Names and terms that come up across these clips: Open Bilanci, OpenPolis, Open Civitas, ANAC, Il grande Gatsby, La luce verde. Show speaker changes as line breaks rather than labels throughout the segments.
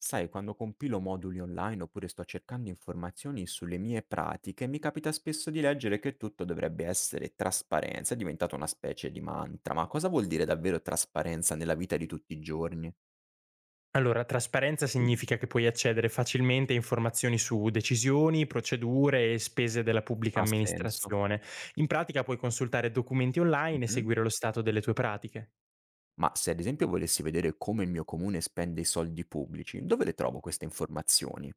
Sai, quando compilo moduli online oppure sto cercando informazioni sulle mie pratiche, mi capita spesso di leggere che tutto dovrebbe essere trasparenza, è diventata una specie di mantra, ma cosa vuol dire davvero trasparenza nella vita di tutti i giorni?
Allora, trasparenza significa che puoi accedere facilmente a informazioni su decisioni, procedure e spese della pubblica
Ha senso?
amministrazione. In pratica puoi consultare documenti online e
Mhm.
seguire lo stato delle tue pratiche.
Ma se ad esempio volessi vedere come il mio comune spende i soldi pubblici, dove le trovo queste informazioni?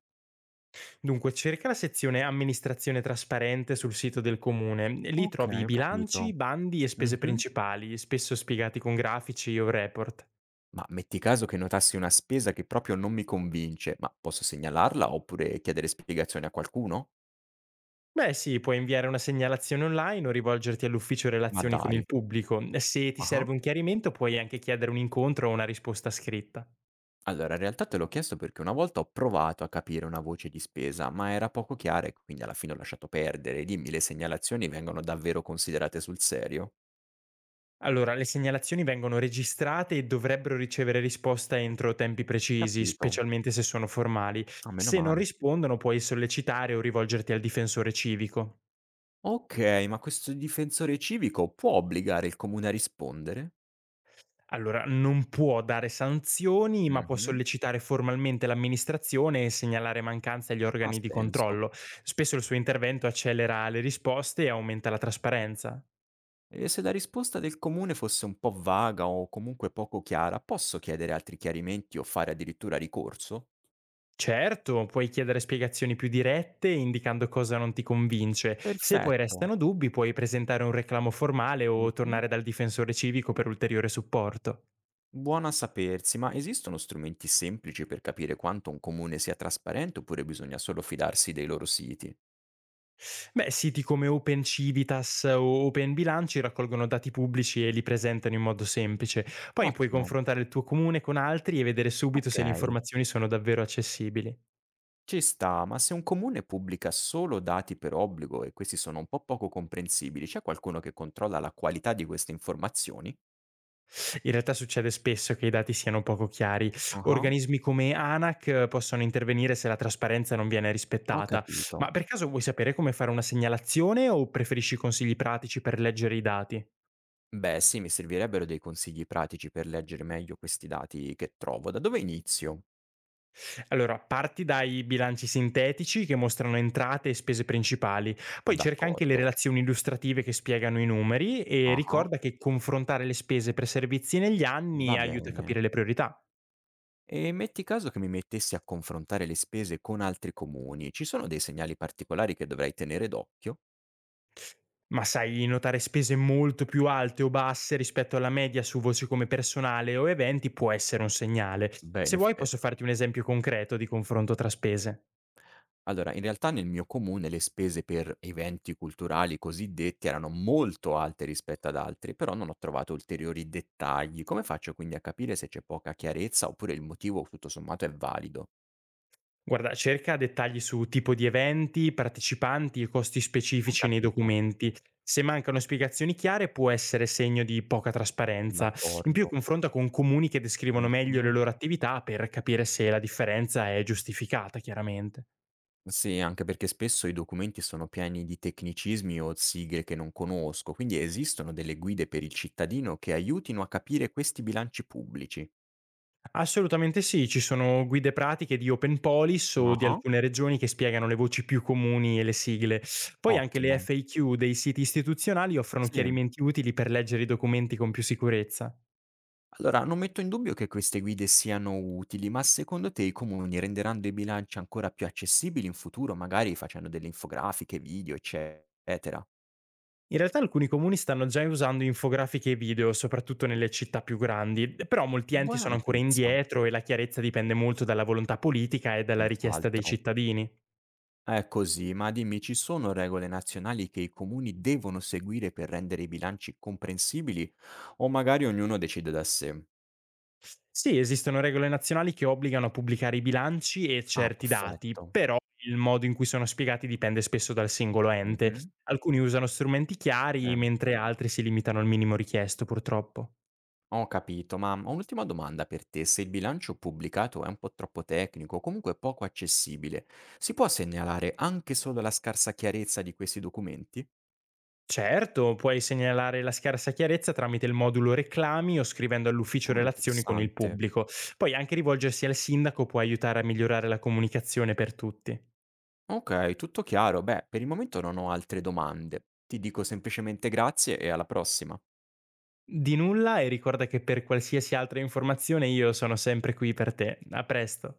Dunque, cerca la sezione amministrazione trasparente sul sito del comune. Lì
Ok,
trovi i
ho capito.
bilanci, bandi e spese
Mhm.
principali, spesso spiegati con grafici o report.
Ma metti caso che notassi una spesa che proprio non mi convince, ma posso segnalarla oppure chiedere spiegazioni a qualcuno?
Beh sì, puoi inviare una segnalazione online o rivolgerti all'ufficio
Ma
relazioni con
dai.
il pubblico. Se ti
Ah-ah.
serve un chiarimento puoi anche chiedere un incontro o una risposta scritta.
Allora, in realtà te l'ho chiesto perché una volta ho provato a capire una voce di spesa, ma era poco chiara e quindi alla fine ho lasciato perdere. Dimmi, le segnalazioni vengono davvero considerate sul serio?
Allora, le segnalazioni vengono registrate e dovrebbero ricevere risposta entro tempi precisi,
Capito.
specialmente se sono formali.
Ah, meno
Se non
male.
rispondono, puoi sollecitare o rivolgerti al difensore civico.
Ok, ma questo difensore civico può obbligare il comune a rispondere?
Allora, non può dare sanzioni, ma può
Mh-mh.
sollecitare formalmente l'amministrazione e segnalare mancanze agli
Ha
organi di
senso.
controllo. Spesso il suo intervento accelera le risposte e aumenta la trasparenza.
E se la risposta del comune fosse un po' vaga o comunque poco chiara, posso chiedere altri chiarimenti o fare addirittura ricorso?
Certo, puoi chiedere spiegazioni più dirette indicando cosa non ti convince. Se poi
Perfetto.
restano dubbi, puoi presentare un reclamo formale o
Mh-mh.
tornare dal difensore civico per ulteriore supporto.
Buona a sapersi, ma esistono strumenti semplici per capire quanto un comune sia trasparente oppure bisogna solo fidarsi dei loro siti?
Beh, siti come Open Civitas o Open Bilanci raccolgono dati pubblici e li presentano in modo semplice. Poi puoi
Ottimo,
confrontare il tuo comune con altri e vedere subito
ok,
se le informazioni sono davvero accessibili.
ci sta, ma se un comune pubblica solo dati per obbligo e questi sono un po' poco comprensibili, c'è qualcuno che controlla la qualità di queste informazioni?
In realtà succede spesso che i dati siano poco chiari.
Ah,
Organismi come ANAC possono intervenire se la trasparenza non viene
ho
rispettata.
capito.
Ma per caso vuoi sapere come fare una segnalazione o preferisci consigli pratici per leggere i dati?
Beh, sì, mi servirebbero dei consigli pratici per leggere meglio questi dati che trovo. Da dove inizio?
Allora, parti dai bilanci sintetici che mostrano entrate e spese principali, poi cerca anche le
D'accordo.
relazioni illustrative che spiegano i numeri e
Ah,
ricorda che confrontare le spese per servizi negli
va
anni aiuta a
bene.
capire le priorità.
E metti caso che mi mettessi a confrontare le spese con altri comuni, ci sono dei segnali particolari che dovrei tenere d'occhio?
Ma sai notare spese molto più alte o basse rispetto alla media su voci come personale o eventi può essere un segnale.
Beh, in
Se vuoi posso
effetti.
farti un esempio concreto di confronto tra spese.
Allora, in realtà nel mio comune le spese per eventi culturali cosiddetti erano molto alte rispetto ad altri, però non ho trovato ulteriori dettagli. Come faccio quindi a capire se c'è poca chiarezza oppure il motivo tutto sommato è valido?
Guarda, cerca dettagli su tipo di eventi, partecipanti e costi
Ho
specifici nei
capito,
documenti. Se mancano spiegazioni chiare può essere segno di poca trasparenza. In più
d'accordo.
confronta con comuni che descrivono meglio le loro attività per capire se la differenza è giustificata, chiaramente.
Sì, anche perché spesso i documenti sono pieni di tecnicismi o sigle che non conosco, quindi esistono delle guide per il cittadino che aiutino a capire questi bilanci pubblici.
Assolutamente sì, ci sono guide pratiche di OpenPolis o di
Ah,
alcune regioni che spiegano le voci più comuni e le sigle. Poi anche le
ottimo.
FAQ dei siti istituzionali offrono
Sì.
chiarimenti utili per leggere i documenti con più sicurezza.
Allora, non metto in dubbio che queste guide siano utili, ma secondo te i comuni renderanno i bilanci ancora più accessibili in futuro, magari facendo delle infografiche, video, eccetera?
In realtà alcuni comuni stanno già usando infografiche e video, soprattutto nelle città più grandi, però molti enti
Buona
sono ancora
notizia,
indietro e la chiarezza dipende molto dalla volontà politica e dalla richiesta dei
senz'altro.
cittadini.
È così, ma dimmi, ci sono regole nazionali che i comuni devono seguire per rendere i bilanci comprensibili o magari ognuno decide da sé?
Sì, esistono regole nazionali che obbligano a pubblicare i bilanci e
Ah,
certi dati,
perfetto.
però il modo in cui sono spiegati dipende spesso dal singolo ente.
Mhm.
Alcuni usano strumenti
Sì,
chiari, mentre altri si limitano al minimo richiesto, purtroppo.
ho capito, ma ho un'ultima domanda per te. Se il bilancio pubblicato è un po' troppo tecnico o comunque poco accessibile, si può segnalare anche solo la scarsa chiarezza di questi documenti?
Certo, puoi segnalare la scarsa chiarezza tramite il modulo reclami o scrivendo all'ufficio
Oh,
relazioni con il
interessante.
pubblico. Poi anche rivolgersi al sindaco può aiutare a migliorare la comunicazione per tutti.
Ok, tutto chiaro. Beh, per il momento non ho altre domande. Ti dico semplicemente grazie e alla prossima.
Di nulla e ricorda che per qualsiasi altra informazione io sono sempre qui per te. A presto.